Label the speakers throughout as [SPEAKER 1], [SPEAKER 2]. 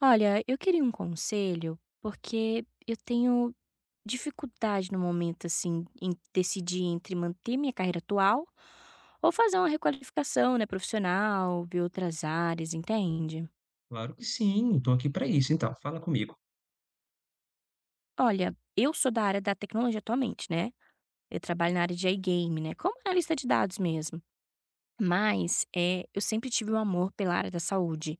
[SPEAKER 1] Olha, eu queria um conselho, porque eu tenho dificuldade no momento, assim, em decidir entre manter minha carreira atual ou fazer uma requalificação, né, profissional, ver outras áreas, entende?
[SPEAKER 2] Claro que sim, estou aqui para isso então, fala comigo.
[SPEAKER 1] Olha, eu sou da área da tecnologia atualmente, né? Eu trabalho
[SPEAKER 2] Ok,
[SPEAKER 1] na área de iGame, né? Como analista de dados mesmo. Mas eu sempre tive um amor pela área da saúde.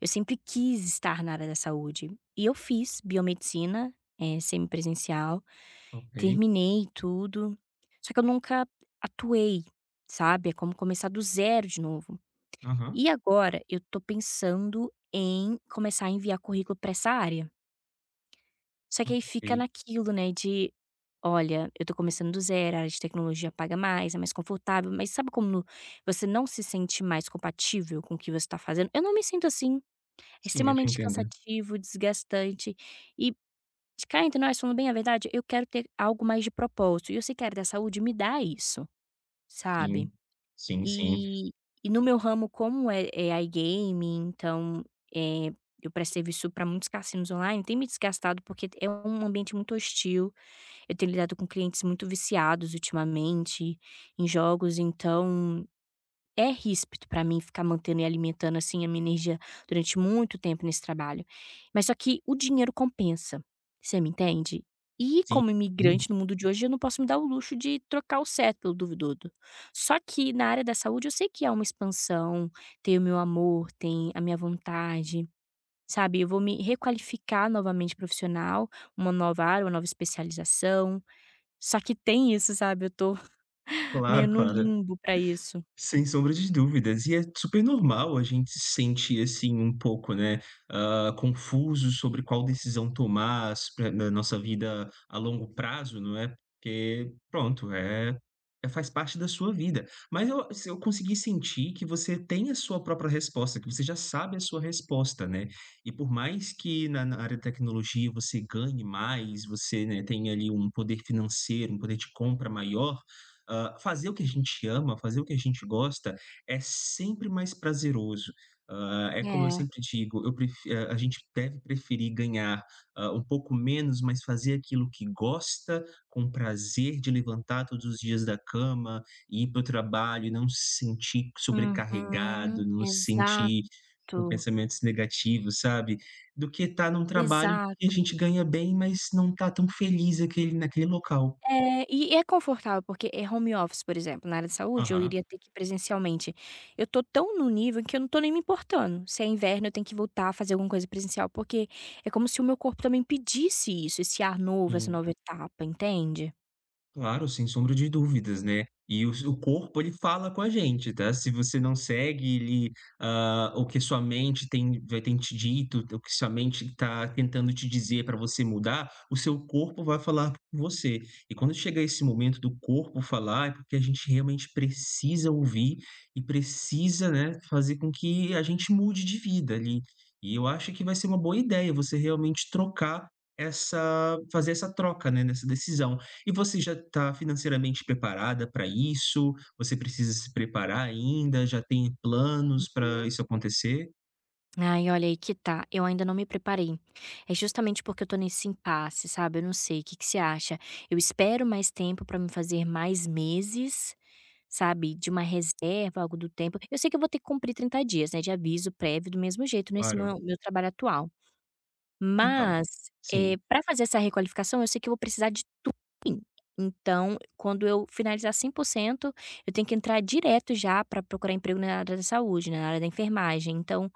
[SPEAKER 1] Eu sempre quis estar na área da saúde. E eu fiz biomedicina, semipresencial.
[SPEAKER 2] ok,
[SPEAKER 1] Terminei tudo, só que eu nunca atuei, sabe, é como começar do zero de novo.
[SPEAKER 2] aham,
[SPEAKER 1] E agora eu tô pensando em começar a enviar currículo pra essa área. Só que aí fica
[SPEAKER 2] ok.
[SPEAKER 1] naquilo, né, de: "Olha, eu tô começando do zero, a área de tecnologia paga mais, é mais confortável", mas sabe como você não se sente mais compatível com o que você tá fazendo? Eu não me sinto assim, é
[SPEAKER 2] Sim, eu te
[SPEAKER 1] extremamente
[SPEAKER 2] entendo.
[SPEAKER 1] cansativo, desgastante. E de cá entre nós, falando bem a verdade, eu quero ter algo mais de propósito, e o Sicredi da Saúde me dá isso, sabe.
[SPEAKER 2] Sim, sim, sim,
[SPEAKER 1] E e no meu ramo, como é iGaming, então, eh, eu presto serviço para muitos cassinos online, tem me desgastado, porque é um ambiente muito hostil, eu tenho lidado com clientes muito viciados ultimamente em jogos, então é ríspido para mim ficar mantendo e alimentando, assim, a minha energia durante muito tempo nesse trabalho. Mas só que o dinheiro compensa, você me entende? E
[SPEAKER 2] sim,
[SPEAKER 1] como imigrante no mundo de hoje, eu não posso me dar o luxo de trocar o certo pelo duvidoso. Só que na área da saúde eu sei que há uma expansão, tem o meu amor, tem a minha vontade, sabe? Eu vou me requalificar novamente profissional, uma nova área, uma nova especialização. Só que tem isso, sabe? Eu tô meio
[SPEAKER 2] claro,
[SPEAKER 1] no
[SPEAKER 2] claro.
[SPEAKER 1] limbo pra isso.
[SPEAKER 2] Sem sombra de dúvidas, e é super normal a gente se sentir assim um pouco, né, confuso sobre qual decisão tomar s pra na nossa vida a longo prazo, não é, porque pronto, faz parte da sua vida. Mas eu se eu consegui sentir que você tem a sua própria resposta, que você já sabe a sua resposta, né. E por mais que na área da tecnologia você ganhe mais, você, né, tenha ali um poder financeiro, um poder de compra maior. Fazer o que a gente ama, fazer o que a gente gosta é sempre mais prazeroso. É como eu
[SPEAKER 1] É.
[SPEAKER 2] sempre digo, eu prefi a gente deve preferir ganhar, um pouco menos, mas fazer aquilo que gosta, com prazer de levantar todos os dias da cama, ir para o trabalho e não se sentir
[SPEAKER 1] Uhum,
[SPEAKER 2] sobrecarregado, não se
[SPEAKER 1] exato,
[SPEAKER 2] sentir com pensamentos negativos, sabe, do que estar num trabalho que a
[SPEAKER 1] exato.
[SPEAKER 2] gente ganha bem, mas não tá tão feliz aquele naquele local.
[SPEAKER 1] É, e é confortável, porque é home office, por exemplo, na área de saúde, eu
[SPEAKER 2] Aham.
[SPEAKER 1] iria ter que ir presencialmente. Eu tô tão no nível que eu não tô nem me importando. Se é inverno, eu tenho que voltar a fazer alguma coisa presencial, porque é como se o meu corpo também pedisse isso, esse ar novo, essa nova etapa, entende?
[SPEAKER 2] Claro, sem sombra de dúvidas, né. E o seu corpo ele fala com a gente, tá. Se você não segue ele, o que sua mente tem vai tem te dito, o que sua mente está tentando te dizer para você mudar, o seu corpo vai falar com você. E quando chega esse momento do corpo falar, é porque a gente realmente precisa ouvir e precisa, né, fazer com que a gente mude de vida ali. E eu acho que vai ser uma boa ideia você realmente trocar essa fazer essa troca, né, nessa decisão. E você já está financeiramente preparada para isso? Você precisa se preparar ainda? Já tem planos para isso acontecer?
[SPEAKER 1] Ai, olha, aí que tá, eu ainda não me preparei. É justamente porque eu tô nesse impasse, sabe, eu não sei, o que que você acha? Eu espero mais tempo pra me fazer mais meses, sabe, de uma reserva, algo do tempo eu sei que eu vou ter que cumprir 30 dias, né, de aviso prévio do mesmo jeito nesse
[SPEAKER 2] Claro.
[SPEAKER 1] meu trabalho atual.
[SPEAKER 2] Então,
[SPEAKER 1] Mas,
[SPEAKER 2] sim,
[SPEAKER 1] pra fazer essa requalificação eu sei que eu vou precisar de então, quando eu finalizar 100% eu tenho que entrar direto já pra procurar emprego na área da saúde, né, na área da enfermagem, então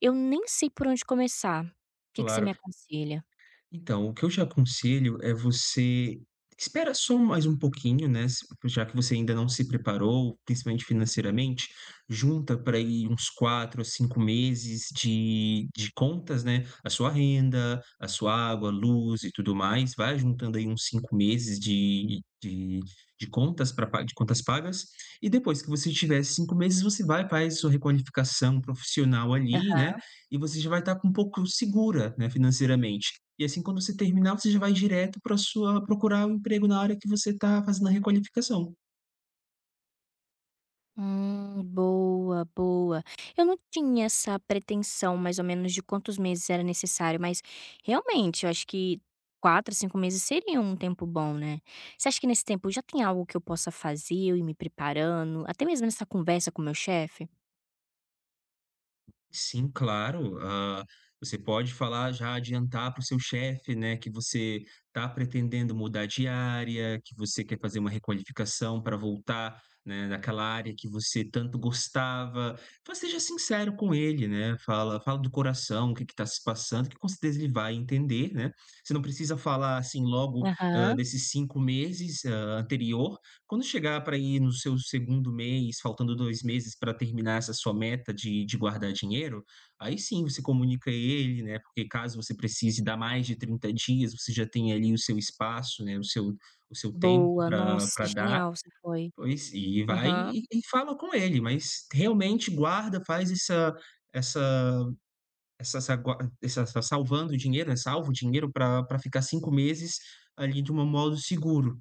[SPEAKER 1] eu nem sei por onde começar. Que você me
[SPEAKER 2] claro.
[SPEAKER 1] aconselha?
[SPEAKER 2] Então, o que eu te aconselho é você espera só mais um pouquinho, né, se já que você ainda não se preparou, principalmente financeiramente, junta para aí uns 4 a 5 meses de contas, né, a sua renda, a sua água, luz e tudo mais, vai juntando aí uns 5 meses de contas pagas, e depois que você tiver esses 5 meses, você vai faz sua requalificação profissional ali,
[SPEAKER 1] Aham.
[SPEAKER 2] né, e você já vai estar com um pouco segura, né, financeiramente. E assim, quando você terminar, você já vai direto para sua procurar um emprego na área que você está fazendo a requalificação.
[SPEAKER 1] Boa, boa. Eu não tinha essa pretensão mais ou menos de quantos meses era necessário, mas realmente eu acho que 4, 5 meses seria um tempo bom, né. Você acha que nesse tempo já tem algo que eu possa fazer, eu ir me preparando, até mesmo nessa conversa com o meu chefe?
[SPEAKER 2] Sim, claro. Ah, você pode falar, já adiantar para o seu chefe, né, que você está pretendendo mudar de área, que você quer fazer uma requalificação para voltar, né, naquela área que você tanto gostava. Então, seja sincero com ele, né? Fala, fala do coração, o que está se passando, que com certeza ele vai entender, né? Você não precisa falar assim logo
[SPEAKER 1] Aham.
[SPEAKER 2] desses 5 meses anterior. Quando chegar para ir no seu segundo mês, faltando 2 meses para terminar essa sua meta de guardar dinheiro, aí sim você comunica ele, né, porque caso você precise dar mais de 30 dias, você já tem ali o seu espaço, né, o seu tempo
[SPEAKER 1] Boa,
[SPEAKER 2] para
[SPEAKER 1] nossa,
[SPEAKER 2] pra dar,
[SPEAKER 1] genial você foi.
[SPEAKER 2] pois e vai
[SPEAKER 1] Aham.
[SPEAKER 2] e fala com ele, mas realmente guarda, faz essa essa essa essa gua essa essa salvando o dinheiro, né, salva dinheiro para pra ficar 5 meses ali de uma modo seguro.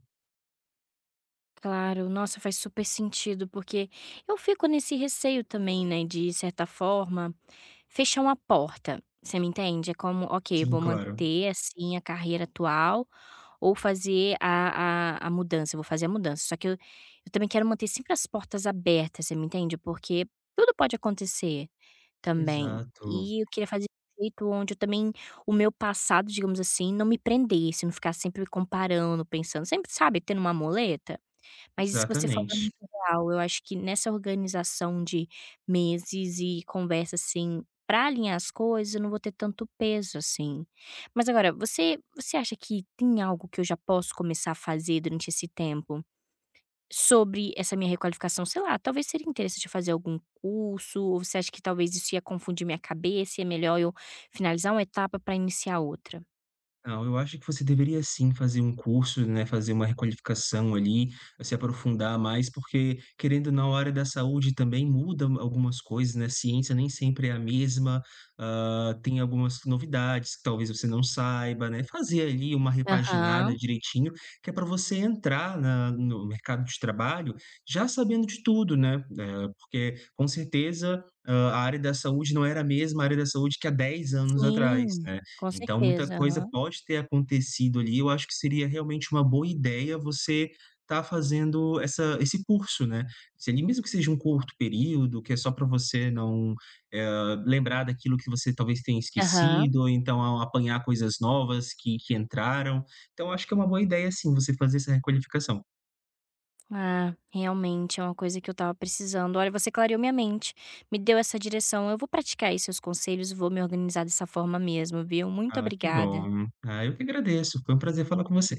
[SPEAKER 1] Claro, nossa, faz super sentido, porque eu fico nesse receio também, né, de certa forma, fechar uma porta, você me entende? É como, ok, vou
[SPEAKER 2] Sim, claro.
[SPEAKER 1] manter assim a carreira atual ou fazer a mudança, eu vou fazer a mudança, só que eu também quero manter sempre as portas abertas, você me entende? Porque tudo pode acontecer também,
[SPEAKER 2] Exato.
[SPEAKER 1] e eu queria fazer de um jeito onde eu também, o meu passado, digamos assim, não me prendesse, não ficar sempre comparando, pensando, sempre, sabe, tendo uma muleta. Mas isso que você falou é
[SPEAKER 2] Exatamente.
[SPEAKER 1] muito real, eu acho que nessa organização de meses e conversa, assim, para alinhar as coisas, eu não vou ter tanto peso, assim. Mas agora, você acha que tem algo que eu já posso começar a fazer durante esse tempo, sobre essa minha requalificação? Sei lá, talvez seria interessante eu fazer algum curso, ou você acha que talvez isso ia confundir minha cabeça e é melhor eu finalizar uma etapa para iniciar outra?
[SPEAKER 2] Não, eu acho que você deveria sim fazer um curso, né, fazer uma requalificação ali, se aprofundar mais, porque querendo na área da saúde também muda algumas coisas, né? A ciência nem sempre é a mesma, tem algumas novidades que talvez você não saiba, né? Fazer ali uma repaginada
[SPEAKER 1] Aham,
[SPEAKER 2] direitinho, que é para você entrar no mercado de trabalho já sabendo de tudo, né? Porque com certeza a área da saúde não era a mesma área da saúde que há 10 anos atrás,
[SPEAKER 1] sim,
[SPEAKER 2] né?
[SPEAKER 1] com
[SPEAKER 2] Então muita
[SPEAKER 1] certeza,
[SPEAKER 2] coisa
[SPEAKER 1] aham.
[SPEAKER 2] pode ter acontecido ali, eu acho que seria realmente uma boa ideia você estar fazendo essa esse curso, né. Se ali mesmo que seja um curto período, que é só para você não, lembrar daquilo que você talvez tenha
[SPEAKER 1] Aham.
[SPEAKER 2] esquecido, ou então a apanhar coisas novas que entraram. Então eu acho que é uma boa ideia sim, você fazer essa requalificação.
[SPEAKER 1] Ah, realmente é uma coisa que eu estava precisando. Olha, você clareou minha mente, me deu essa direção. Eu vou praticar aí seus conselhos, vou me organizar dessa forma mesmo, viu? Muito
[SPEAKER 2] Ah, que
[SPEAKER 1] obrigada.
[SPEAKER 2] bom. Ah, eu que agradeço, foi um prazer falar com você.